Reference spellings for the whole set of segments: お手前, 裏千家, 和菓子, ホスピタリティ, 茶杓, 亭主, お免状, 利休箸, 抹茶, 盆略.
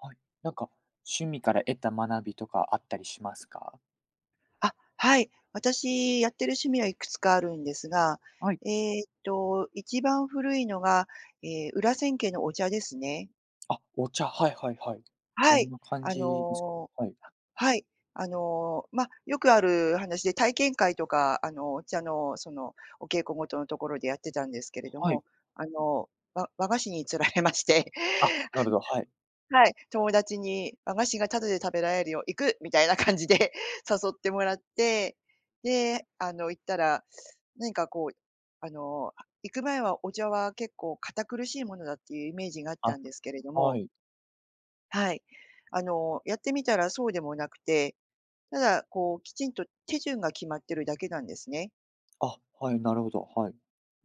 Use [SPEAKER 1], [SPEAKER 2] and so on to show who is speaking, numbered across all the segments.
[SPEAKER 1] はい。なんか、趣味から得た学びとかあったりしますか？
[SPEAKER 2] あ、はい。私、やってる趣味はいくつかあるんですが、
[SPEAKER 1] はい。
[SPEAKER 2] 一番古いのが、裏千家のお茶ですね。
[SPEAKER 1] あ、お茶、はいはいはい。
[SPEAKER 2] は
[SPEAKER 1] どん
[SPEAKER 2] い。
[SPEAKER 1] な感
[SPEAKER 2] あ
[SPEAKER 1] じですか？
[SPEAKER 2] のー
[SPEAKER 1] はい。
[SPEAKER 2] はい。まあ、よくある話で、体験会とか、お茶の、お稽古ごとのところでやってたんですけれど
[SPEAKER 1] はい。
[SPEAKER 2] も、あの、和菓子に釣られまして
[SPEAKER 1] あ、な るほど、はい。
[SPEAKER 2] はい、友達に和菓子がタダで食べられるよ、行く！みたいな感じで 誘ってもらって、で、行ったら、何かこう、あの、行く前はお茶は結構堅苦しいものだっていうイメージがあった
[SPEAKER 1] あ、
[SPEAKER 2] んですけれど
[SPEAKER 1] は
[SPEAKER 2] も、
[SPEAKER 1] い。
[SPEAKER 2] はい。やってみたらそうでもなくて、ただ、こう、きちんと手順が決まってるだけなんですね。
[SPEAKER 1] あ、はい、なるほど、はい。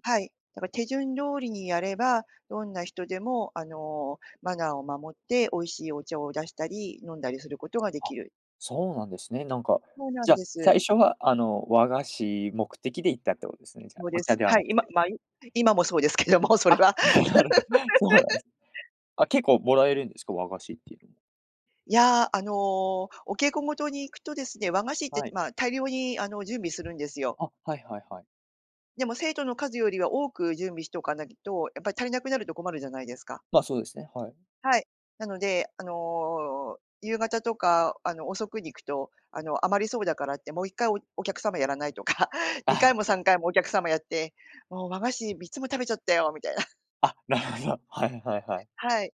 [SPEAKER 2] はい。だから手順通りにやれば、どんな人でも、マナーを守って美味しいお茶を出したり、飲んだりすることがで
[SPEAKER 1] あ、
[SPEAKER 2] きる。
[SPEAKER 1] そうなんですね。
[SPEAKER 2] そうなん
[SPEAKER 1] じゃあ、
[SPEAKER 2] です。
[SPEAKER 1] 最初は、和菓子目的で行ったってことですね、じゃあ、
[SPEAKER 2] そうで
[SPEAKER 1] お茶
[SPEAKER 2] す。
[SPEAKER 1] では
[SPEAKER 2] は
[SPEAKER 1] な
[SPEAKER 2] い、
[SPEAKER 1] く
[SPEAKER 2] 今
[SPEAKER 1] て。
[SPEAKER 2] まあ、い今もそうですけども、それ
[SPEAKER 1] あ、
[SPEAKER 2] は。
[SPEAKER 1] なるほど。そうなんです。あ、結構もらえるんですか？和菓子っていうのも。
[SPEAKER 2] いや、稽古事に行くとですね、和菓子って、
[SPEAKER 1] はい。
[SPEAKER 2] まあ、大量に準備するんですよ。
[SPEAKER 1] あ、はいはいはい。
[SPEAKER 2] でも生徒の数よりは多く準備しておかないと、やっぱり足りなくなると困るじゃないですか。
[SPEAKER 1] ま、そうですね、はい。
[SPEAKER 2] はい。なので、夕方とか、遅くに行くと、余りそうだからって、もう一回お客様やらないとか、2
[SPEAKER 1] あ、
[SPEAKER 2] 回も3回もお客様やって、もう和菓子3つも食べちゃったよみたいな。
[SPEAKER 1] あ、なるほど。はいはいはい。
[SPEAKER 2] はい。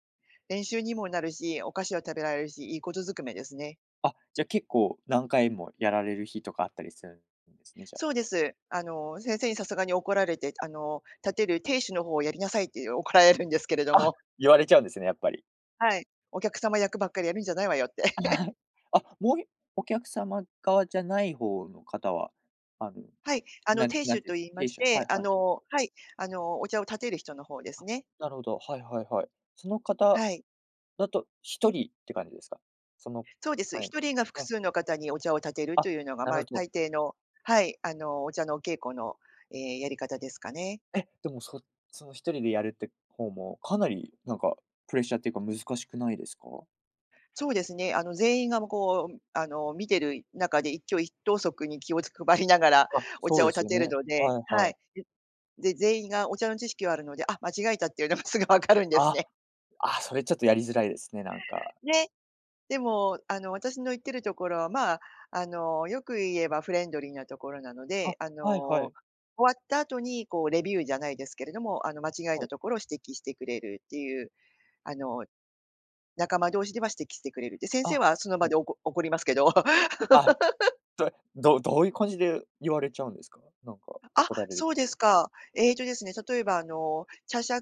[SPEAKER 2] 練習にもなるし、お菓子は食べられるし、いいことずくめですね。
[SPEAKER 1] あ、じゃ、あ結構何回もやられる日とかあったりするんですね、じゃ
[SPEAKER 2] そうです。先生にさすがに怒られて、立てる亭主の方をやりなさいっていう怒られるんですけれど
[SPEAKER 1] あ。あ、
[SPEAKER 2] も、
[SPEAKER 1] 言われちゃうんですね、やっぱり。
[SPEAKER 2] はい。お客様役ばっかりやるんじゃないわよって。
[SPEAKER 1] はい。あ、もういお客様側じゃない方の方は、あの、
[SPEAKER 2] はい、
[SPEAKER 1] なん
[SPEAKER 2] 亭
[SPEAKER 1] なん
[SPEAKER 2] 主
[SPEAKER 1] てい
[SPEAKER 2] と
[SPEAKER 1] うんです
[SPEAKER 2] 言いま
[SPEAKER 1] 経営
[SPEAKER 2] し
[SPEAKER 1] 者は
[SPEAKER 2] て、
[SPEAKER 1] いはい。
[SPEAKER 2] お茶を立てる人の方です
[SPEAKER 1] あ、
[SPEAKER 2] ね。
[SPEAKER 1] なるほど、はいはいはい。その方
[SPEAKER 2] はい。
[SPEAKER 1] だと一人って感じですか？その
[SPEAKER 2] そうです。
[SPEAKER 1] はい
[SPEAKER 2] 一
[SPEAKER 1] の、
[SPEAKER 2] 人が複
[SPEAKER 1] はい。
[SPEAKER 2] 数の方にお茶を立てると
[SPEAKER 1] あ、
[SPEAKER 2] いうのが、
[SPEAKER 1] な
[SPEAKER 2] ま
[SPEAKER 1] る
[SPEAKER 2] あ、
[SPEAKER 1] ほど。
[SPEAKER 2] 大抵のお茶のお稽古の、やり方ですかね。
[SPEAKER 1] え、でも、その一人でやるって方も、かなりプレッシャーっていうか難しくないですか？
[SPEAKER 2] そうですね。全員が、も、こう、あの、見てる中で一挙一投足に気を配りながら
[SPEAKER 1] あ、
[SPEAKER 2] お
[SPEAKER 1] そ
[SPEAKER 2] 茶
[SPEAKER 1] う
[SPEAKER 2] を
[SPEAKER 1] です
[SPEAKER 2] 立
[SPEAKER 1] よ
[SPEAKER 2] てる
[SPEAKER 1] ね。
[SPEAKER 2] ので、
[SPEAKER 1] はい
[SPEAKER 2] は
[SPEAKER 1] はい。
[SPEAKER 2] い。全員がお茶の知識はあるので、あ、間違えたっていうのがすぐ分かるんです
[SPEAKER 1] あ。
[SPEAKER 2] ね。
[SPEAKER 1] あ、それちょっとやりづらいですね、なんか。
[SPEAKER 2] ね、でも、私の行ってるところは、まあ、よく言えばフレンドリーなところなの
[SPEAKER 1] あ、
[SPEAKER 2] で、
[SPEAKER 1] はいはい。
[SPEAKER 2] 終わった後に、こう、レビューじゃないですけれども、間違え
[SPEAKER 1] は
[SPEAKER 2] た
[SPEAKER 1] い。
[SPEAKER 2] ところを指摘してくれるっていう、あの、仲間同士では指摘してくれる。で、先生
[SPEAKER 1] あ、
[SPEAKER 2] はその場
[SPEAKER 1] はい。
[SPEAKER 2] で怒りますけど。
[SPEAKER 1] あ、どどういう感じで言われちゃうんですか？なんか
[SPEAKER 2] あ、
[SPEAKER 1] 怒られる
[SPEAKER 2] そうですか。えっとですね、例えば茶杓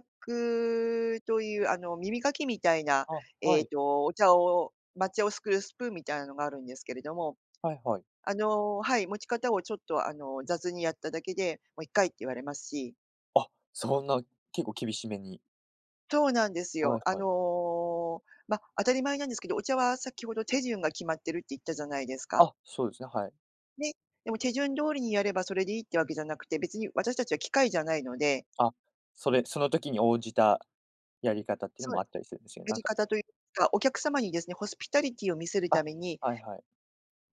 [SPEAKER 2] という耳かきみたいな、
[SPEAKER 1] あ、
[SPEAKER 2] え
[SPEAKER 1] は
[SPEAKER 2] っ
[SPEAKER 1] い。
[SPEAKER 2] と、お茶を抹茶をすくうスプーンみたいなのがあるんですけれども、
[SPEAKER 1] はいはい。
[SPEAKER 2] 持ち方をちょっと雑にやっただけで、もう「一回」って言われますし。
[SPEAKER 1] あ、そんな結構厳しめに。
[SPEAKER 2] そうなんです
[SPEAKER 1] は
[SPEAKER 2] よ。
[SPEAKER 1] いはい。
[SPEAKER 2] まあ、当たり前なんですけど、お茶は先ほど手順が決まってるって言ったじゃないですか。
[SPEAKER 1] あ、そうですね、はい。
[SPEAKER 2] ね、でも手順通りにやればそれでいいってわけじゃなくて、別に私たちは機械じゃないので
[SPEAKER 1] あ、そ
[SPEAKER 2] うん、
[SPEAKER 1] れその時に応じたやり方っていう
[SPEAKER 2] そ
[SPEAKER 1] の
[SPEAKER 2] う
[SPEAKER 1] もあったりするんですよね。
[SPEAKER 2] や
[SPEAKER 1] なん
[SPEAKER 2] り
[SPEAKER 1] か
[SPEAKER 2] 方というか、お客様にですね、ホスピタリティを見せるた
[SPEAKER 1] あ、
[SPEAKER 2] めに、
[SPEAKER 1] はいはい。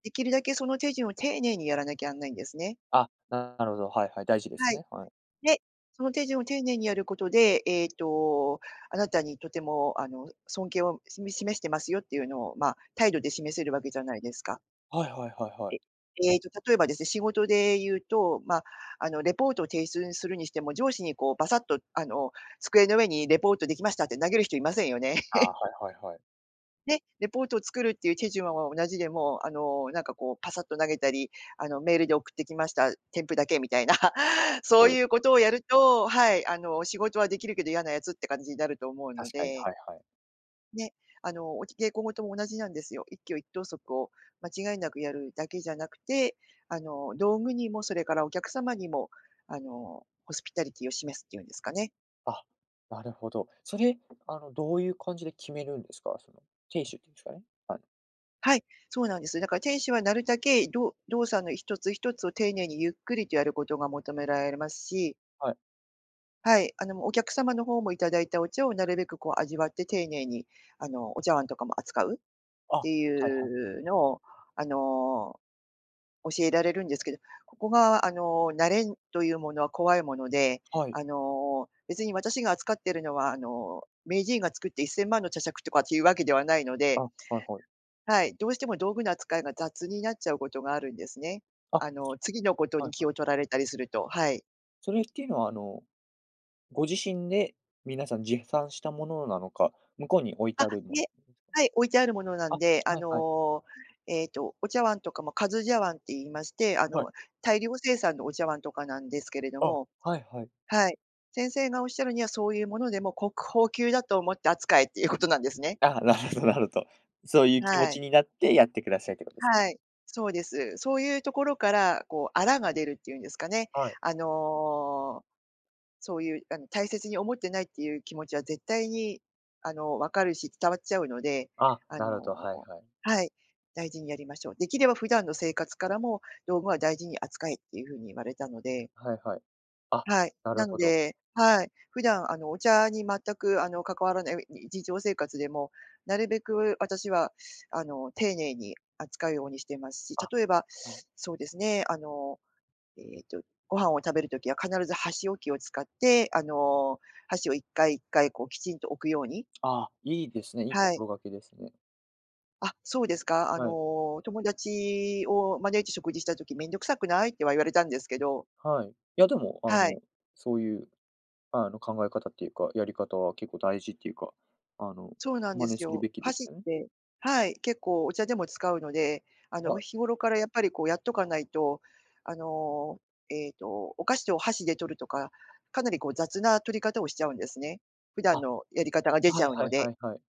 [SPEAKER 2] できるだけその手順を丁寧にやらなきゃなんないんですね。
[SPEAKER 1] あ、なるほど、はいはい、大事で
[SPEAKER 2] は
[SPEAKER 1] す
[SPEAKER 2] い。
[SPEAKER 1] ね。はい。
[SPEAKER 2] で、その手順を丁寧にやることで、あなたにとても、尊敬を示してますよっていうのを、まあ、態度で示せるわけじゃないですか。
[SPEAKER 1] はいはいはいはい。
[SPEAKER 2] 例えばですね、仕事で言うと、まあ、レポートを提出するにしても、上司にこう、バサッと、机の上にレポートできましたって投げる人いませんよね。
[SPEAKER 1] あはいはいはい。
[SPEAKER 2] ね、レポートを作るっていう手順は同じでも、なんかこうパサッと投げたり、メールで送ってきました、添付だけみたいな、そ
[SPEAKER 1] そ
[SPEAKER 2] う
[SPEAKER 1] うで
[SPEAKER 2] い
[SPEAKER 1] す
[SPEAKER 2] う
[SPEAKER 1] ね。
[SPEAKER 2] ことをやると、はい、仕事はできるけど嫌なやつって感じになると思うの
[SPEAKER 1] 確かに、
[SPEAKER 2] で、
[SPEAKER 1] はいはい。
[SPEAKER 2] ね、お稽古事も同じなんですよ。一挙一投足を間違いなくやるだけじゃなくて、道具にもそれからお客様にも、ホスピタリティを示すっていうんですかね。
[SPEAKER 1] あ、なるほど。それ、どういう感じで決めるんですか？その、亭主っていうんですかね？はい。
[SPEAKER 2] はい、そうなんです。だから店主はなるだけ、動作の一つ一つを丁寧にゆっくりとやることが求められますし、
[SPEAKER 1] はい。
[SPEAKER 2] はい、お客様の方もいただいたお茶をなるべくこう味わって丁寧に、お茶碗とかも扱うっ
[SPEAKER 1] あ、は
[SPEAKER 2] て
[SPEAKER 1] いはい。
[SPEAKER 2] いうのを、あの、教えられるんですけど、ここが、慣れというものは怖いもので、
[SPEAKER 1] はい。
[SPEAKER 2] 別に私が扱っているのは、名人が作って1000万の茶杓とかっていうわけではないの
[SPEAKER 1] あ、
[SPEAKER 2] で、
[SPEAKER 1] はいはい。
[SPEAKER 2] はい、どうしても道具の扱いが雑になっちゃうことがあるんですね。
[SPEAKER 1] あ、
[SPEAKER 2] 次のこと
[SPEAKER 1] は
[SPEAKER 2] に
[SPEAKER 1] い
[SPEAKER 2] 気
[SPEAKER 1] は
[SPEAKER 2] を取
[SPEAKER 1] い。
[SPEAKER 2] られたりすると、はい。
[SPEAKER 1] それっていうのは、ご自身で皆さん持参したものなのか、向こうに置いて
[SPEAKER 2] あ、
[SPEAKER 1] あるも
[SPEAKER 2] い
[SPEAKER 1] の
[SPEAKER 2] え、
[SPEAKER 1] なんですか？
[SPEAKER 2] はい、置いてあるものなん
[SPEAKER 1] あ、
[SPEAKER 2] で、
[SPEAKER 1] はいはい。
[SPEAKER 2] お茶碗とかも数茶碗って言いまして、
[SPEAKER 1] はい。
[SPEAKER 2] 大量生産のお茶碗とかなんですけれど
[SPEAKER 1] あ、
[SPEAKER 2] も、
[SPEAKER 1] はいはい。
[SPEAKER 2] はい。先生がおっしゃるにはそういうものでも国宝級だと思って扱えっていうことなんですね。
[SPEAKER 1] あ、なるほどなるほど。そういう気持
[SPEAKER 2] はい。
[SPEAKER 1] ちになってやってくださいってことですね。
[SPEAKER 2] はい。そうです。そういうところから、こう、粗が出るっていうんですかね。
[SPEAKER 1] はい。
[SPEAKER 2] あのーそういう、大切に思ってないっていう気持ちは絶対に、分かるし、伝わっちゃうので、
[SPEAKER 1] あ、
[SPEAKER 2] あ
[SPEAKER 1] なるほど、
[SPEAKER 2] の
[SPEAKER 1] はいはい。
[SPEAKER 2] はい、大事にやりましょう。できれば普段の生活からも道具は大事に扱えっていうふうに言われたので、
[SPEAKER 1] はいはい。あ、
[SPEAKER 2] はい。
[SPEAKER 1] な
[SPEAKER 2] な
[SPEAKER 1] る
[SPEAKER 2] の
[SPEAKER 1] ほど。
[SPEAKER 2] ではい、普段、お茶に全く、関わらない日常生活でも、なるべく私は、丁寧に扱うようにしてますし、
[SPEAKER 1] あ、
[SPEAKER 2] 例えば、
[SPEAKER 1] はい。
[SPEAKER 2] そうですね、えっと、ご飯を食べるときは必ず箸置きを使って、箸を1回1回こうきちんと置くように
[SPEAKER 1] あ、いいですね。いい
[SPEAKER 2] はい。
[SPEAKER 1] 心がけですね。
[SPEAKER 2] あ、そうですか。
[SPEAKER 1] はい。
[SPEAKER 2] 友達を招いて食事したときめんどくさくない？」っては言われたんですけど
[SPEAKER 1] はい。いや、でも、
[SPEAKER 2] はい。
[SPEAKER 1] そういう、考え方っていうか、やり方は結構大事っていうか、あの、
[SPEAKER 2] そうなんで
[SPEAKER 1] 真似
[SPEAKER 2] す
[SPEAKER 1] する
[SPEAKER 2] よ。
[SPEAKER 1] べきで
[SPEAKER 2] 箸
[SPEAKER 1] す
[SPEAKER 2] っ
[SPEAKER 1] よね。
[SPEAKER 2] てはい、結構お茶でも使うので、
[SPEAKER 1] は
[SPEAKER 2] 日
[SPEAKER 1] い。
[SPEAKER 2] 頃からやっぱりこうやっとかないと、あの、えっと、お菓子を箸で取るとか、かなりこう雑な取り方をしちゃうんですね。普
[SPEAKER 1] あ、
[SPEAKER 2] 段のやり方が出ち
[SPEAKER 1] は
[SPEAKER 2] ゃ
[SPEAKER 1] い
[SPEAKER 2] う
[SPEAKER 1] は
[SPEAKER 2] の
[SPEAKER 1] いは
[SPEAKER 2] で。
[SPEAKER 1] いはい。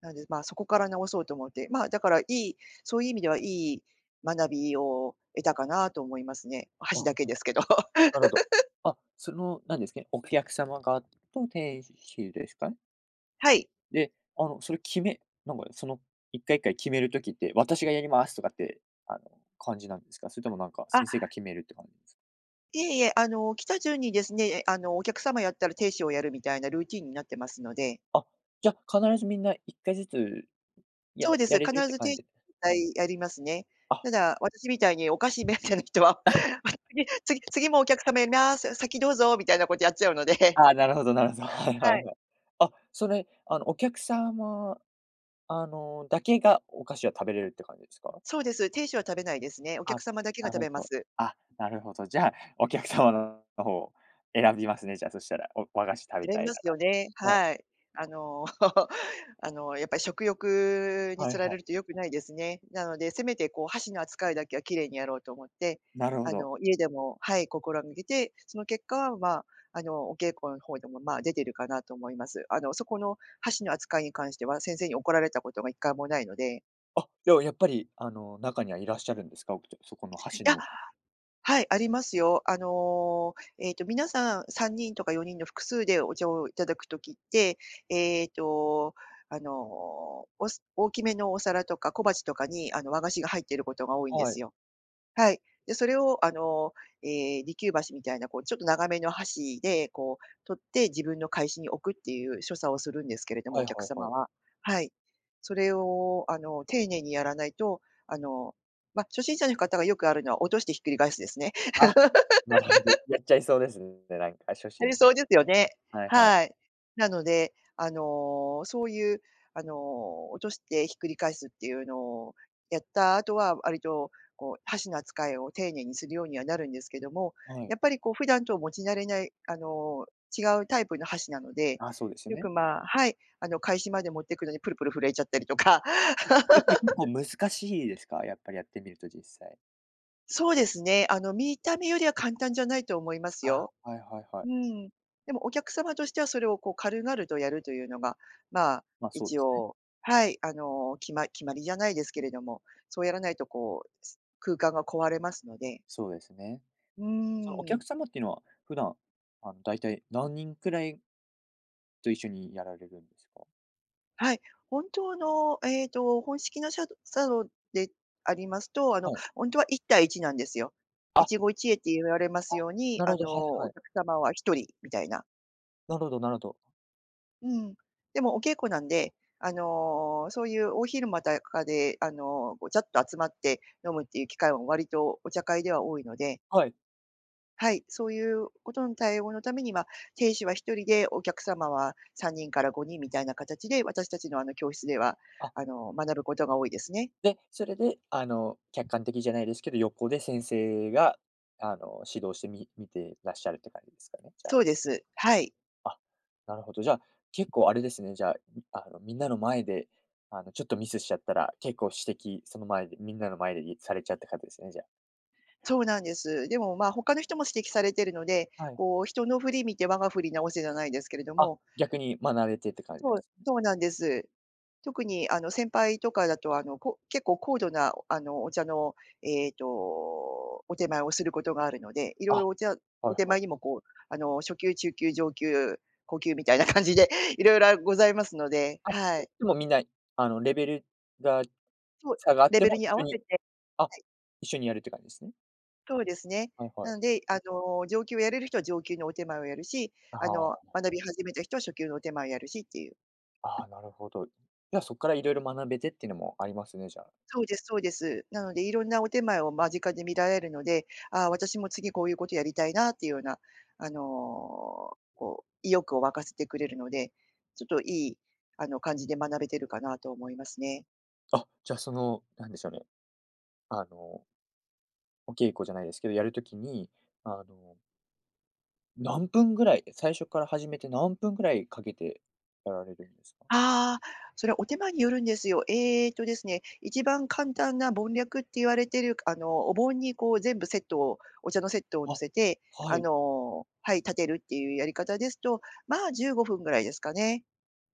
[SPEAKER 2] なんで、まあ、そこから直そうと思って、まあ、だからいいそういう意味ではいい学びを得たかなと思いますね。
[SPEAKER 1] あ、
[SPEAKER 2] 箸だけですけど。
[SPEAKER 1] なるほど。あ、何ですかね、お客様側と店主ですかね。
[SPEAKER 2] はい。
[SPEAKER 1] で、それ決めなんか、その、1回1回決める時って、私がやりますとかって、あの、感じなんですか？それとも
[SPEAKER 2] あ、
[SPEAKER 1] 先生が決めるって感じですか？
[SPEAKER 2] いえいえ、来た順にですね、お客様やったら停止をやるみたいなルーティンになってますので。
[SPEAKER 1] あ、じゃあ、必ずみんな1回ずつや
[SPEAKER 2] そうです、
[SPEAKER 1] やれるっ
[SPEAKER 2] 必
[SPEAKER 1] て
[SPEAKER 2] ず
[SPEAKER 1] 感
[SPEAKER 2] 亭
[SPEAKER 1] じ
[SPEAKER 2] 主にやりますね。
[SPEAKER 1] あ、
[SPEAKER 2] ただ、私みたいにお菓子目当ての人は、次もお客様やります、先どうぞみたいなことやっちゃうので。
[SPEAKER 1] あ、なるほどなるほど。はいは
[SPEAKER 2] は
[SPEAKER 1] い
[SPEAKER 2] い。
[SPEAKER 1] はい。あ、それ、お客様、だけがお菓子を食べれるって感じですか？
[SPEAKER 2] そうです、停止は食べないですね。お
[SPEAKER 1] あ、
[SPEAKER 2] 客様だけが
[SPEAKER 1] なる
[SPEAKER 2] 食べま
[SPEAKER 1] ほど。
[SPEAKER 2] す。
[SPEAKER 1] あ、なるほど。じゃあ、お客様の方を選びますね、じゃあ、そしたら、お和菓子食べ
[SPEAKER 2] 選
[SPEAKER 1] た
[SPEAKER 2] び
[SPEAKER 1] い
[SPEAKER 2] ま
[SPEAKER 1] な
[SPEAKER 2] す
[SPEAKER 1] ら。
[SPEAKER 2] よね。
[SPEAKER 1] はい。
[SPEAKER 2] はい。あの、やっぱり食欲に
[SPEAKER 1] は
[SPEAKER 2] 釣
[SPEAKER 1] い
[SPEAKER 2] ら
[SPEAKER 1] は
[SPEAKER 2] れ
[SPEAKER 1] い。
[SPEAKER 2] ると良くないですね。なので、せめてこう箸の扱いだけは綺麗にやろうと思って、
[SPEAKER 1] なるほど。
[SPEAKER 2] 家でも、はい、心がけて、その結果は、まあ、お稽古の方でも、まあ、出てるかなと思います。そこの箸の扱いに関しては、先生に怒られたことが一回もないので。
[SPEAKER 1] あ、でもやっぱり、中にはいらっしゃるんですか？おくちそこの
[SPEAKER 2] い
[SPEAKER 1] 箸
[SPEAKER 2] や、
[SPEAKER 1] の
[SPEAKER 2] はい、ありますよ。皆さん3人とか4人の複数でお茶をいただくときって、えっと、大きめのお皿とか小鉢とかに、和菓子が入っていることが多いんで
[SPEAKER 1] は
[SPEAKER 2] す
[SPEAKER 1] い。
[SPEAKER 2] よ。はい。で、それを、ー、え利休箸みたいな、こう、ちょっと長めの箸で、こう、取って自分の返しに置くっていう所作をするんですけれども、
[SPEAKER 1] は
[SPEAKER 2] お
[SPEAKER 1] い
[SPEAKER 2] 客
[SPEAKER 1] はいは
[SPEAKER 2] 様
[SPEAKER 1] い。
[SPEAKER 2] は。はい。それを、丁寧にやらないと、あの、まあ、初心者の方がよくあるのは落としてひっくり返すですね。
[SPEAKER 1] あ、なるほど。やっちゃいそうですね、なんか初
[SPEAKER 2] あ
[SPEAKER 1] 心
[SPEAKER 2] り
[SPEAKER 1] 者
[SPEAKER 2] そ
[SPEAKER 1] だ
[SPEAKER 2] うですよ
[SPEAKER 1] と。
[SPEAKER 2] ね。
[SPEAKER 1] はいはい。
[SPEAKER 2] はい。なので、そういう、落としてひっくり返すっていうのをやった後は、割とこう箸の扱いを丁寧にするようにはなるんですけども、
[SPEAKER 1] は
[SPEAKER 2] や
[SPEAKER 1] い。
[SPEAKER 2] っぱりこう普段と持ち慣れない、違うタイプの箸なので、
[SPEAKER 1] あ、そうですよ
[SPEAKER 2] よく、
[SPEAKER 1] ね。
[SPEAKER 2] まあはい、開始まで持ってくのにプルプル震えちゃったりとか。
[SPEAKER 1] あ、やっぱり結構難しいですか？やっぱりやってみると実際。
[SPEAKER 2] そうですね、見た目よりは簡単じゃないと思います
[SPEAKER 1] あ、
[SPEAKER 2] よ。
[SPEAKER 1] はいはいは
[SPEAKER 2] う
[SPEAKER 1] い。
[SPEAKER 2] ん。でもお客様としてはそれをこう軽々とやるというのが、まあ、
[SPEAKER 1] ま、あそうで
[SPEAKER 2] 一
[SPEAKER 1] すね。
[SPEAKER 2] 応、はい、決まりじゃないですけれども、そうやらないとこう、空間が壊れますので。
[SPEAKER 1] そうですね。
[SPEAKER 2] う
[SPEAKER 1] そのお
[SPEAKER 2] ーん。
[SPEAKER 1] 客様っていうのは、普段、だいたい何人くらいと一緒にやられるんですか？
[SPEAKER 2] はい。本当の、本式のシャドサロンでありますと、
[SPEAKER 1] はい。
[SPEAKER 2] 本当は1対1なんですよ。
[SPEAKER 1] あ、
[SPEAKER 2] 一期一会って言われます
[SPEAKER 1] あ、
[SPEAKER 2] ように、
[SPEAKER 1] なるほど、はいは
[SPEAKER 2] お
[SPEAKER 1] い。
[SPEAKER 2] 客様は1人みたいな。
[SPEAKER 1] なるほどなるほど。
[SPEAKER 2] うん。でもお稽古なんで、そういう大昼間とかで、ごちゃっと集まって飲むっていう機会も割とお茶会では多いので、
[SPEAKER 1] はい。
[SPEAKER 2] はい、そういうことの対応のためには、亭主は一人で、お客様は3人から5人みたいな形で、私たちの教室では、
[SPEAKER 1] あ、
[SPEAKER 2] 学ぶことが多いですね。
[SPEAKER 1] で、それで、客観的じゃないですけど、横で先生が、指導して見てらっしゃるって感じですかね？じゃ
[SPEAKER 2] そ
[SPEAKER 1] あ。
[SPEAKER 2] うです。はい。
[SPEAKER 1] あ、なるほど。じゃあ、結構あれですね、じゃあ、みんなの前で、ちょっとミスしちゃったら、結構指摘、その前で、みんなの前でされちゃった感じですね、じゃあ。
[SPEAKER 2] そうなんです。でも、まあ、他の人も指摘されてるので、
[SPEAKER 1] はい。
[SPEAKER 2] こう人の振り見て我が振り直せじゃないですけれど
[SPEAKER 1] あ、
[SPEAKER 2] も、
[SPEAKER 1] 逆に学べてって感じで
[SPEAKER 2] そう、
[SPEAKER 1] すね。
[SPEAKER 2] そうなんです。特にあの先輩とかだと、結構高度なお茶の、お手前をすることがあるので、いろ
[SPEAKER 1] あ、
[SPEAKER 2] いろ
[SPEAKER 1] は
[SPEAKER 2] お
[SPEAKER 1] い
[SPEAKER 2] 手
[SPEAKER 1] はい。
[SPEAKER 2] 前にもこう、初級、中級、上級、高級みたいな感じで いろいろございますので、
[SPEAKER 1] あ、
[SPEAKER 2] は
[SPEAKER 1] で
[SPEAKER 2] い。
[SPEAKER 1] でもみんな、レベルが
[SPEAKER 2] そう、
[SPEAKER 1] 差があっ
[SPEAKER 2] レ
[SPEAKER 1] て
[SPEAKER 2] ベル
[SPEAKER 1] も
[SPEAKER 2] に合
[SPEAKER 1] 一緒
[SPEAKER 2] わせ
[SPEAKER 1] に
[SPEAKER 2] て
[SPEAKER 1] あ、
[SPEAKER 2] はい、
[SPEAKER 1] 一緒にやるって感じですね。
[SPEAKER 2] そうですね。
[SPEAKER 1] はいは
[SPEAKER 2] な
[SPEAKER 1] い。
[SPEAKER 2] ので、上級をやれる人は上級のお手前をやるし、
[SPEAKER 1] ああ、
[SPEAKER 2] 学び始めた人は初級のお手前をやるしっていう。
[SPEAKER 1] ああ、なるほど。じゃあ、そこからいろいろ学べてっていうのもありますね、じゃあ。
[SPEAKER 2] そうですそうです。なので、いろんなお点前を間近で見られるので、ああ、私も次こういうことやりたいなっていうような、こう、意欲を沸かせてくれるので、ちょっといい、感じで学べてるかなと思いますね。
[SPEAKER 1] あ、じゃあ、なんでしょうね、あの、お稽古じゃないですけど、やるときに、あの何分ぐらい、最初から始めて何分ぐらいかけてやられるんですか？
[SPEAKER 2] ああ、それはお手間によるんですよ。ええとですね、一番簡単な盆略って言われてる、お盆にこう全部セットを、お茶のセットを乗
[SPEAKER 1] あ、
[SPEAKER 2] せて、
[SPEAKER 1] はい。
[SPEAKER 2] はい、立てるっていうやり方ですと、まあ15分ぐらいですかね。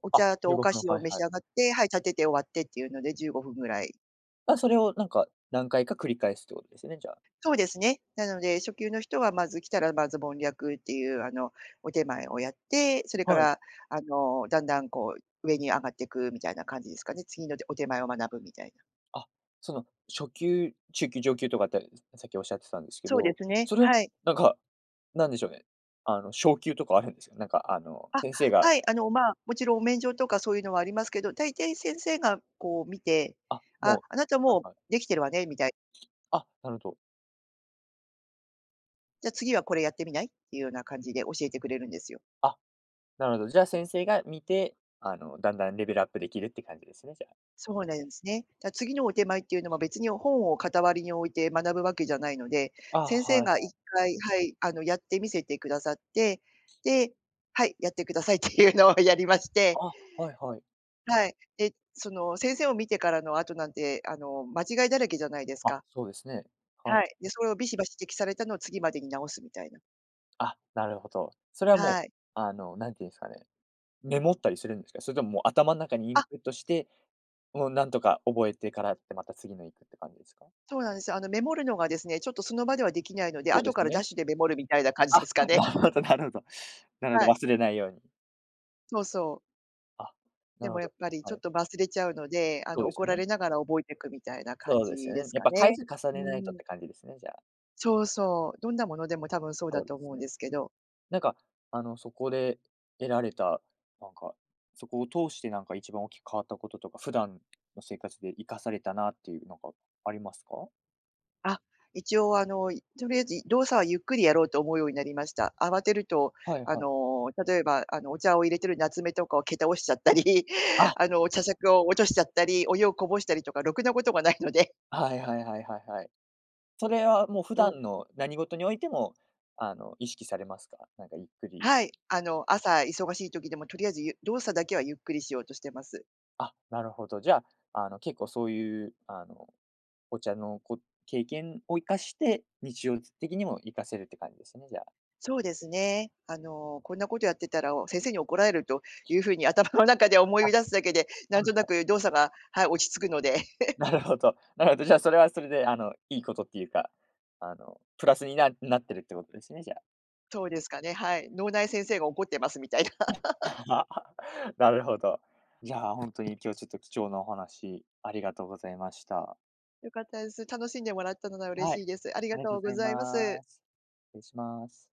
[SPEAKER 2] お
[SPEAKER 1] あ、
[SPEAKER 2] 茶と
[SPEAKER 1] 15
[SPEAKER 2] お菓
[SPEAKER 1] 分、
[SPEAKER 2] 子を
[SPEAKER 1] はい
[SPEAKER 2] 召し
[SPEAKER 1] はい。
[SPEAKER 2] 上がって、はい、立てて終わってっていうので15分ぐらい。
[SPEAKER 1] あ、それをなんか何回か繰り返すってことですね、じゃあ。
[SPEAKER 2] そうですね。なので、初級の人はまず来たら、まず盆略っていう、お点前をやって、それか
[SPEAKER 1] はい。
[SPEAKER 2] ら、だんだんこう、上に上がっていくみたいな感じですかね。次のでお手前を学ぶみたいな。
[SPEAKER 1] あ、その初級、中級、上級とかってさっきおっしゃってたんですけ
[SPEAKER 2] そうで
[SPEAKER 1] ど、
[SPEAKER 2] すね、
[SPEAKER 1] それは
[SPEAKER 2] はい。
[SPEAKER 1] なんか、なんでしょうね、昇級とかあるんですか？
[SPEAKER 2] あ、
[SPEAKER 1] 先生が
[SPEAKER 2] はい、まあ、もちろんお免状とかそういうのはありますけど、大体先生がこう見て、
[SPEAKER 1] あ、
[SPEAKER 2] 「あ、
[SPEAKER 1] も
[SPEAKER 2] あなた
[SPEAKER 1] うはい
[SPEAKER 2] もう
[SPEAKER 1] はい。
[SPEAKER 2] できてるわね」みたい、
[SPEAKER 1] あ、なるほど。
[SPEAKER 2] 「じゃ、次はこれやってみない？」っていうような感じで教えてくれるんですよ。
[SPEAKER 1] あ、なるほど。じゃあ先生が見て、だんだんレベルアップできるって感じですね、じゃ
[SPEAKER 2] そうなんですね。次のお手前っていうのは別に本を傍りに置いて学ぶわけじゃないので、
[SPEAKER 1] ああ、
[SPEAKER 2] 先生
[SPEAKER 1] はい。
[SPEAKER 2] が一回、はい、やってみせてくださって、で、はい、やってくださいっていうのを やりまして、
[SPEAKER 1] あ、はいはい。
[SPEAKER 2] はい。で、その先生を見てからの後なんて、間違いだらけじゃないです
[SPEAKER 1] あ、
[SPEAKER 2] か。
[SPEAKER 1] そうですね。は
[SPEAKER 2] は
[SPEAKER 1] い。
[SPEAKER 2] い。で、それをビシバシ指摘されたのを次までに直すみたいな。
[SPEAKER 1] あ、なるほど。それはも
[SPEAKER 2] は
[SPEAKER 1] う、
[SPEAKER 2] い。
[SPEAKER 1] なんていうんですかね、メモったりするんですか？それとももう頭の中にイン
[SPEAKER 2] あ、
[SPEAKER 1] プットして、もうなんとか覚えてからって、また次の行くって感じですか？
[SPEAKER 2] そうなんです。メモるのがですね、ちょっとその場ではできないので、
[SPEAKER 1] そう
[SPEAKER 2] 後
[SPEAKER 1] で
[SPEAKER 2] か
[SPEAKER 1] す
[SPEAKER 2] らダ
[SPEAKER 1] ね。
[SPEAKER 2] ッシュでメモるみたいな感じで
[SPEAKER 1] あ、
[SPEAKER 2] すか
[SPEAKER 1] な
[SPEAKER 2] ね。
[SPEAKER 1] るほどなるほど。なるほ
[SPEAKER 2] は
[SPEAKER 1] ど、
[SPEAKER 2] い、
[SPEAKER 1] 忘れないように。
[SPEAKER 2] そうそう。
[SPEAKER 1] あ、な
[SPEAKER 2] で
[SPEAKER 1] る
[SPEAKER 2] も
[SPEAKER 1] ほ
[SPEAKER 2] やっ
[SPEAKER 1] ど。
[SPEAKER 2] ぱりち
[SPEAKER 1] は
[SPEAKER 2] ょっ
[SPEAKER 1] い。
[SPEAKER 2] と忘れちゃうので、
[SPEAKER 1] そうです
[SPEAKER 2] 怒
[SPEAKER 1] よ
[SPEAKER 2] ら
[SPEAKER 1] ね。
[SPEAKER 2] れながら覚えていくみたいな感
[SPEAKER 1] そう
[SPEAKER 2] じ
[SPEAKER 1] ですよ
[SPEAKER 2] で
[SPEAKER 1] ね。
[SPEAKER 2] す
[SPEAKER 1] やっ
[SPEAKER 2] か
[SPEAKER 1] ぱ回
[SPEAKER 2] ね。
[SPEAKER 1] 数重
[SPEAKER 2] う
[SPEAKER 1] ねないとっ
[SPEAKER 2] ん。
[SPEAKER 1] て感じですね、じゃあ。
[SPEAKER 2] そうそう。どんなものでも多分そうだ
[SPEAKER 1] そうで
[SPEAKER 2] と思
[SPEAKER 1] す
[SPEAKER 2] うん
[SPEAKER 1] ね。
[SPEAKER 2] ですけど。
[SPEAKER 1] なんか、そこで得られた、なんか、そこを通して一番大きく変わったこととか、普段の生活で活かされたなっていう、なんかありますか？
[SPEAKER 2] あ、一応とりあえず動作はゆっくりやろうと思うようになりました。慌てると、
[SPEAKER 1] はいはい。
[SPEAKER 2] 例えば、お茶を入れてる夏目とかを蹴倒しちゃったり、
[SPEAKER 1] あ、
[SPEAKER 2] 茶杓を落としちゃったり、お湯をこぼしたりとか、ろくなことがないので。
[SPEAKER 1] はいはいはいはいはい。それはもう普
[SPEAKER 2] どう
[SPEAKER 1] 段の何事においても、意識されますか？なんかゆっくり
[SPEAKER 2] はい、朝忙しい時でもとりあえず動作だけはゆっくりしようとしてます。
[SPEAKER 1] あ、なるほど。じゃあ、結構そういう、お茶の経験を生かして、日常的にも活かせるって感じですね、じゃあ。
[SPEAKER 2] そうですね。こんなことやってたら、お先生に怒られるというふうに 頭の中で思い
[SPEAKER 1] あ、
[SPEAKER 2] 出すだけで、な
[SPEAKER 1] は
[SPEAKER 2] ん
[SPEAKER 1] い
[SPEAKER 2] とな
[SPEAKER 1] はい。
[SPEAKER 2] く動作が、はい、落ち着くので、
[SPEAKER 1] なるほど。なるほど。じゃあ、それはそれで、いいことっていうか、プラスになってるってことですね、じゃ
[SPEAKER 2] そうですかね、はい。脳内先生が怒ってますみたいな。
[SPEAKER 1] あ。なるほど。じゃあ本当に今日ちょっと貴重なお話、ありがとうございました。
[SPEAKER 2] 良かったです。楽しんでもらったのは嬉
[SPEAKER 1] は
[SPEAKER 2] しい
[SPEAKER 1] い、
[SPEAKER 2] です。あり
[SPEAKER 1] あ
[SPEAKER 2] が
[SPEAKER 1] りがと
[SPEAKER 2] と
[SPEAKER 1] う
[SPEAKER 2] う
[SPEAKER 1] ござ
[SPEAKER 2] ご
[SPEAKER 1] い
[SPEAKER 2] ざいます。
[SPEAKER 1] ます。失礼します。